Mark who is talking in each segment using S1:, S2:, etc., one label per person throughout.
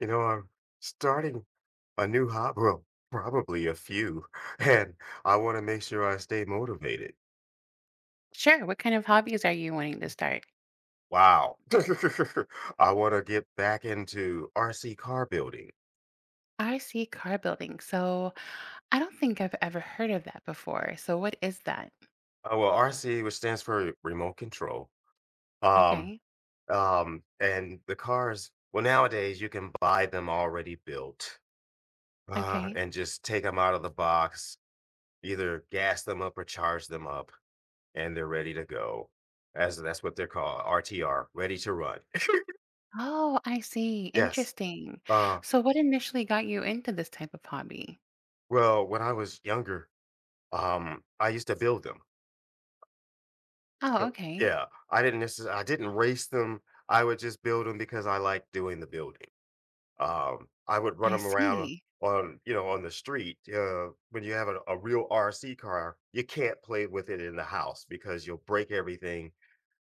S1: You know, I'm starting a new hobby, well, probably a few, and I want to make sure I stay motivated.
S2: Sure. What kind of hobbies are you wanting to start?
S1: Wow. I want to get back into RC car building.
S2: I see car building. So I don't think I've ever heard of that before. So what is that?
S1: Well, RC, which stands for remote control. Um,
S2: Okay.
S1: and the cars, well, nowadays you can buy them already built,
S2: Okay.
S1: and just take them out of the box, either gas them up or charge them up. And they're ready to go. As that's what they're called, RTR, ready to run.
S2: Oh, I see.
S1: Yes.
S2: Interesting.
S1: Uh,
S2: So what initially got you into this type of hobby?
S1: well, when I was younger, I used to build them.
S2: Oh,
S1: So
S2: okay.
S1: yeah, I didn't race them. I would just build them because I like doing the building. I would run
S2: I
S1: them around
S2: see.
S1: on, you know, on the street. When you have a real RC car, you can't play with it in the house because you'll break everything.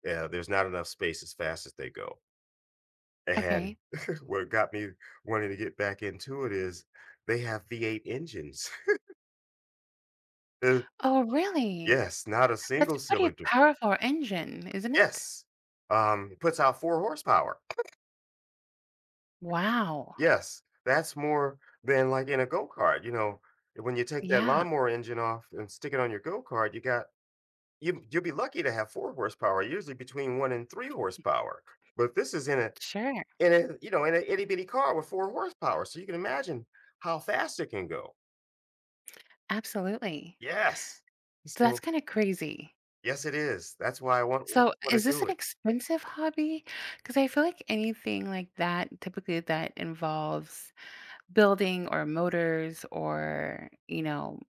S1: Yeah, there's not enough space as fast as they go. And
S2: Okay.
S1: what got me wanting to get back into it is they have V8 engines. Uh,
S2: Oh, really?
S1: yes, not a
S2: That's
S1: single
S2: a pretty
S1: cylinder.
S2: powerful engine, isn't it?
S1: Yes. It puts out 4 horsepower.
S2: Wow.
S1: Yes. That's more than like in a go kart. You know, when you take that
S2: Yeah,
S1: lawnmower engine off and stick it on your go kart, you got, you'll be lucky to have 4 horsepower, usually between 1 and 3 horsepower. But this is in
S2: sure.
S1: in a, you know, in a itty bitty car with 4 horsepower. So you can imagine how fast it can go.
S2: Absolutely.
S1: Yes.
S2: So that's
S1: So,
S2: kind of crazy.
S1: yes, it is. That's why I want
S2: So,
S1: wanna
S2: is this
S1: do
S2: an
S1: it.
S2: expensive hobby? Because I feel like anything like that, typically that involves building or motors or,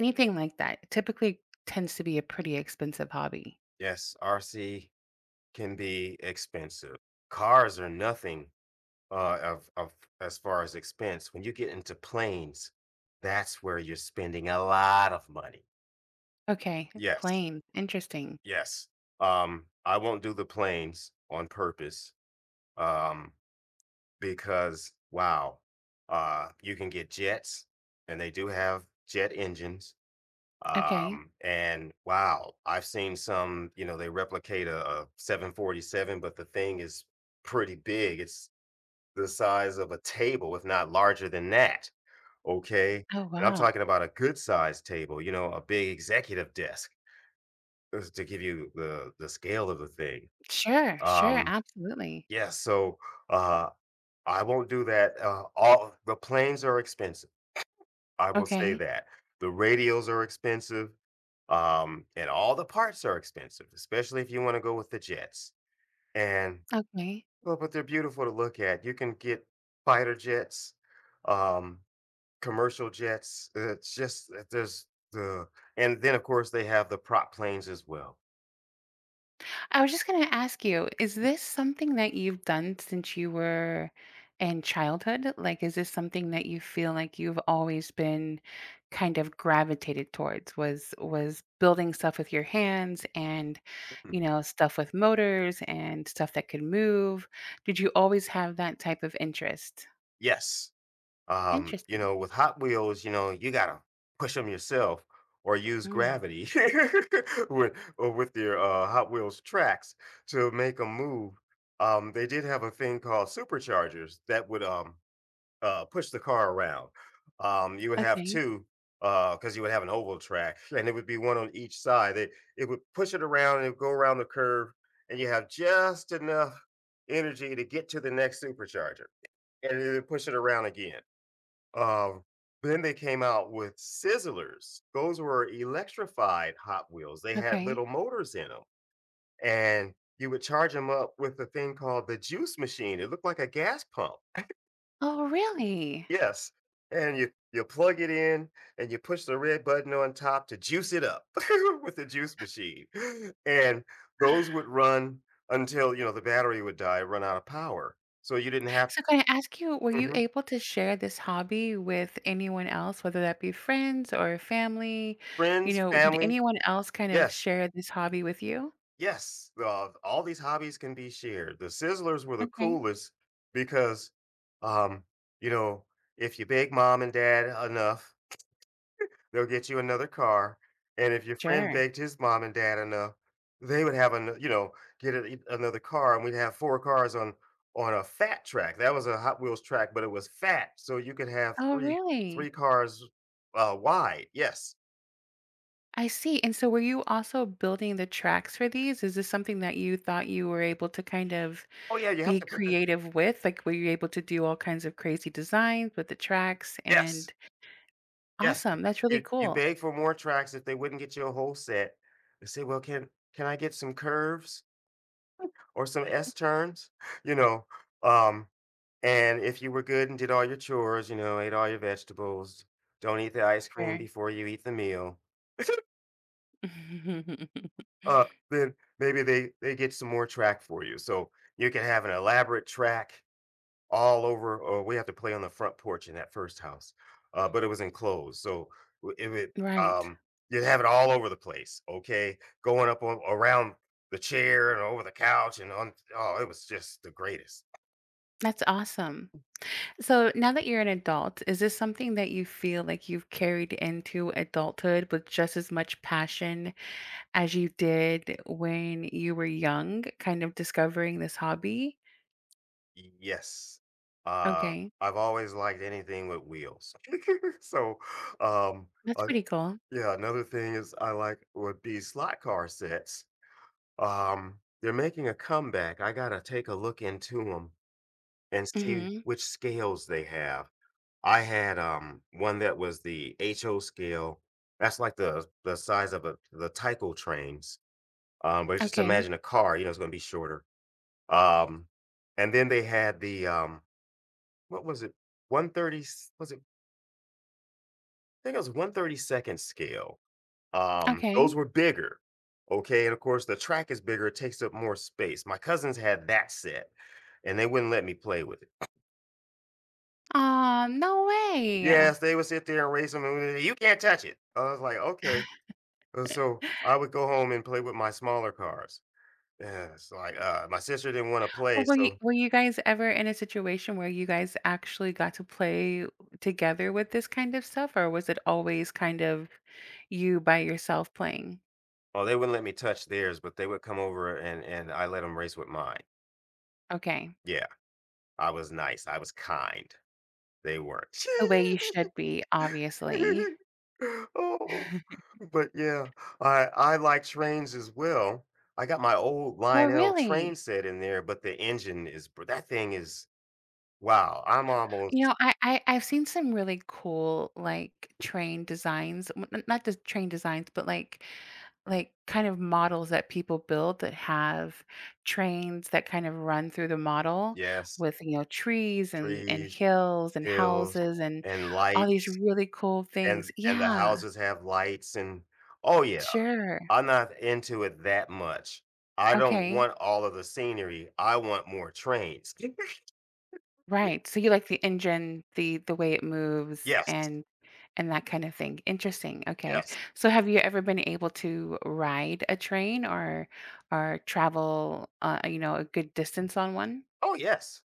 S2: anything like that, typically tends to be a pretty expensive hobby.
S1: Yes, RC can be expensive. Cars are nothing, of as far as expense. When you get into planes, that's where you're spending a lot of money.
S2: Okay,
S1: Yes,
S2: planes, interesting.
S1: yes. I won't do the planes on purpose, um, because, wow, you can get jets, and they do have jet engines.
S2: Okay.
S1: And wow, I've seen some, you know, they replicate a 747, but the thing is pretty big. It's the size of a table, if not larger than that. Okay.
S2: Oh,
S1: And I'm
S2: wow.
S1: talking about a good sized table, you know, a big executive desk just to give you the scale of the thing.
S2: Sure, sure,
S1: Um,
S2: absolutely.
S1: yeah. So, uh, I won't do that. All the planes are expensive, I will say
S2: Okay,
S1: that. The radios are expensive, and all the parts are expensive, especially if you wanna go with the jets, and
S2: okay.
S1: well, but they're beautiful to look at. You can get fighter jets, um, commercial jets, it's just that there's the, and then, of course, they have the prop planes as well.
S2: I was just going to ask you, is this something that you've done since you were in childhood? Like, is this something that you feel like you've always been kind of gravitated towards? Was building stuff with your hands and,
S1: Mm,
S2: stuff with motors and stuff that could move? Did you always have that type of interest?
S1: yes. You
S2: Interesting.
S1: know, with Hot Wheels, you know, you gotta push them yourself or use
S2: Mm.
S1: gravity with or with your Hot Wheels tracks to make them move. They did have a thing called superchargers that would push the car around. You would have
S2: Okay.
S1: two because you would have an oval track, and it would be one on each side. It would push it around and it would go around the curve, and you have just enough energy to get to the next supercharger, and then push it around again. um, then they came out with Sizzlers. Those were electrified Hot Wheels. They had
S2: Okay.
S1: little motors in them, and you would charge them up with a thing called the juice machine. It looked like a gas pump.
S2: Oh, really?
S1: Yes, and you plug it in and you push the red button on top to juice it up with the juice machine. And those would run until, you know, the battery would die, run out of power. So you didn't have.
S2: So can I ask you, were you
S1: Mhm.
S2: able to share this hobby with anyone else, whether that be friends or family? You
S1: Friends,
S2: know, did
S1: family.
S2: anyone else kind of
S1: Yes.
S2: share this hobby with you?
S1: Yes, all these hobbies can be shared. The Sizzlers were the
S2: Okay.
S1: coolest because, um, you know, if you beg mom and dad enough, they'll get you another car. And if your friend
S2: Sure.
S1: begged his mom and dad enough, they would have an, you know, get another car, and we'd have four cars on a fat track. That was a Hot Wheels track, but it was fat, so you could have
S2: Oh,
S1: three
S2: really?
S1: cars wide. Yes.
S2: I see. And so were you also building the tracks for these? Is this something that you thought you were able to kind of
S1: Oh yeah, you have
S2: be
S1: to put the
S2: creative with? Like, were you able to do all kinds of crazy designs with the tracks?
S1: yes.
S2: And
S1: Yes,
S2: awesome. That's really
S1: you
S2: cool.
S1: beg for more tracks if they wouldn't get you a whole set. They say, "Well, can I get some curves or some S turns?" You know, um, and if you were good and did all your chores, you know, ate all your vegetables, don't eat the ice cream
S2: Sure.
S1: before you eat the meal, then maybe they get some more track for you. So you can have an elaborate track all over, or we have to play on the front porch in that first house, but it was enclosed. So w- if it
S2: Right.
S1: um you'd have it all over the place, okay? Going up on, around the chair and over the couch and on, oh, it was just the greatest.
S2: That's awesome. So now that you're an adult, is this something that you feel like you've carried into adulthood with just as much passion as you did when you were young, kind of discovering this hobby?
S1: Yes. Uh
S2: Okay.
S1: I've always liked anything with wheels. So um
S2: That's
S1: uh,
S2: pretty cool.
S1: yeah, another thing is I like would be slot car sets. They're making a comeback. I got to take a look into them and see
S2: Hmm.
S1: which scales they have. I had, one that was the HO scale. That's like the size of a the Tyco trains, but just
S2: Okay.
S1: imagine a car, you know, it's gonna be shorter. Um, and then they had the, what was it? 130, was it? I think it was 132nd scale. Those
S2: Okay.
S1: were bigger. Okay, and of course the track is bigger, it takes up more space. My cousins had that set, and they wouldn't let me play with it.
S2: Aw, no way.
S1: Yes, they would sit there and race them, and they, "You can't touch it." I was like, "Okay." And so I would go home and play with my smaller cars. Yeah, it's like, my sister didn't wanna play,
S2: Well,
S1: so
S2: were you guys ever in a situation where you guys actually got to play together with this kind of stuff, or was it always kind of you by yourself playing?
S1: oh, they wouldn't let me touch theirs, but they would come over and I let them race with mine.
S2: Okay.
S1: Yeah, I was nice, I was kind. They weren't.
S2: The way you should be, obviously.
S1: Oh, but yeah, I like trains as well. I got my old
S2: Well,
S1: Lionel train
S2: really?
S1: set in there, but the engine is br that thing is wow, I'm
S2: You
S1: almost.
S2: know, I've seen some really cool, like, train designs w n not just train designs, but, like, kind of models that people build that have trains that kind of run through the model
S1: Yes,
S2: with, you know, trees and
S1: trees,
S2: hills and
S1: hills,
S2: houses and
S1: and
S2: all these
S1: lights,
S2: really cool things.
S1: and the
S2: Yeah.
S1: houses have lights and oh, yeah,
S2: Sure.
S1: I'm not into it that much. I don't
S2: Okay.
S1: want all of the scenery, I want more trains. Y
S2: Right. So you like the engine, the way it moves
S1: yes,
S2: and that kind of thing. Interesting. Okay.
S1: yes.
S2: So have you ever been able to ride a train or travel you know, a good distance on one?
S1: Oh, yes,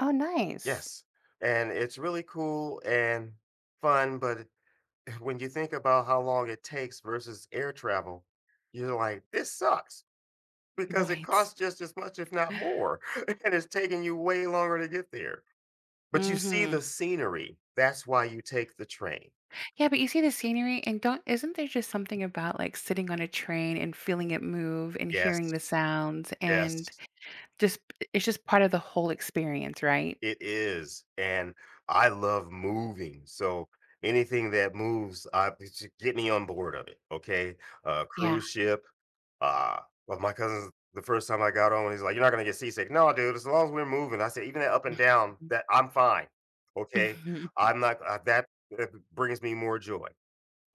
S2: Oh, nice.
S1: yes, and it's really cool and fun, but when you think about how long it takes versus air travel, you're like, "This sucks," because it
S2: Right.
S1: costs just as much, if not more, and it's taking you way longer to get there. But you see the
S2: Hmm.
S1: scenery. That's why you take the train.
S2: Yeah, but you see the scenery and don't isn't there just something about like sitting on a train and feeling it move and hearing
S1: Yes,
S2: the sounds and
S1: yes.
S2: just it's just part of the whole experience, right?
S1: It is, and I love moving, so anything that moves, I it's just get me on board of it, okay?
S2: Yeah.
S1: Cruise ship, uh, well, my cousin's the first time I got on, he's like, "You're not gonna get seasick." "No, dude, as long as we're moving." I said, "Even that up and down, that I'm fine, okay?
S2: Mhm.
S1: I'm not that brings me more joy,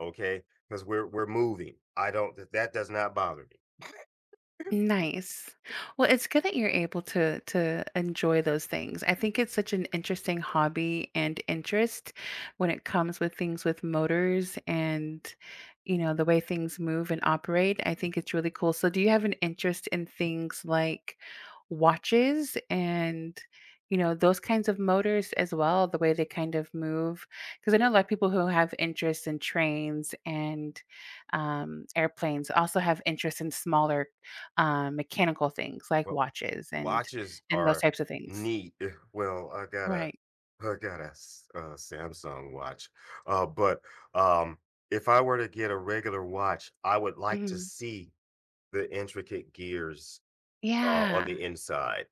S1: okay, because we 'Cause we're moving. I don't that that does not bother me."
S2: Nice. Well, it's good that you're able to enjoy those things. I think it's such an interesting hobby and interest when it comes with things with motors and you know the way things move and operate. I think it's really cool. So do you have an interest in things like watches and you know those kinds of motors as well, the way they kind of move? Because I know a lot of people who have interest in trains and airplanes also have interest in smaller mechanical things like
S1: Well,
S2: watches
S1: watches
S2: and those
S1: are
S2: types of things.
S1: neat. Eh, well,
S2: Right.
S1: I got a Samsung watch. But um, if I were to get a regular watch, I would like to
S2: Mhm.
S1: see the intricate gears on
S2: Yeah.
S1: the inside.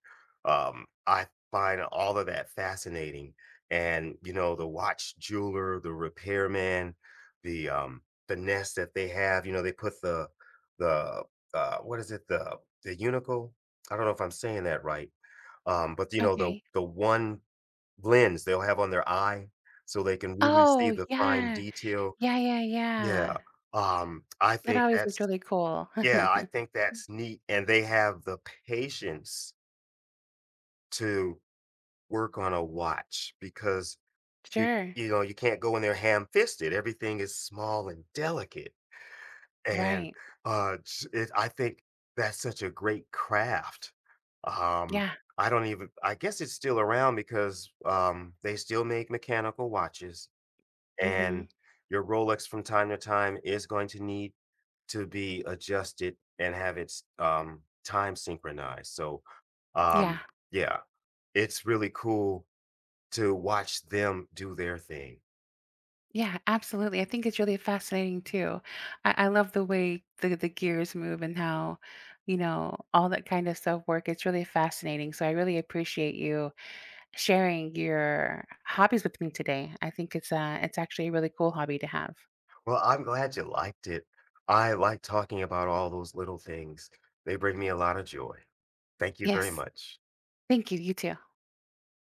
S1: I find all of that fascinating. And you know, the watch jeweler, the repairman, the um the nest that they have, you know, they put the what is it, the unicle? I don't know if I'm saying that right. But you know, the
S2: Okay.
S1: one lens they'll have on their eye so they can really see
S2: Oh,
S1: the fine
S2: yeah.
S1: detail.
S2: Yeah, yeah, yeah.
S1: Yeah. I
S2: That
S1: think
S2: always looked
S1: that's
S2: really cool.
S1: yeah, I think that's neat. And they have the patience to work on a watch because you
S2: Sure.
S1: you know you can't go in there ham fisted. Everything is small and delicate, and
S2: Right.
S1: I think that's such a great craft. Um,
S2: Yeah.
S1: I don't even. I guess it's still around because they still make mechanical watches,
S2: Mhm.
S1: and your Rolex from time to time is going to need to be adjusted and have its time synchronized. So
S2: Yeah.
S1: um yeah, it's really cool to watch them do their thing.
S2: Yeah, absolutely. I think it's really fascinating too. I love the way the gears move and how, you know, all that kind of stuff work. It's really fascinating. So I really appreciate you sharing your hobbies with me today. I think it's actually a really cool hobby to have.
S1: Well, I'm glad you liked it. I like talking about all those little things. They bring me a lot of joy. Thank you very
S2: Yes.
S1: much.
S2: Thank you. You too.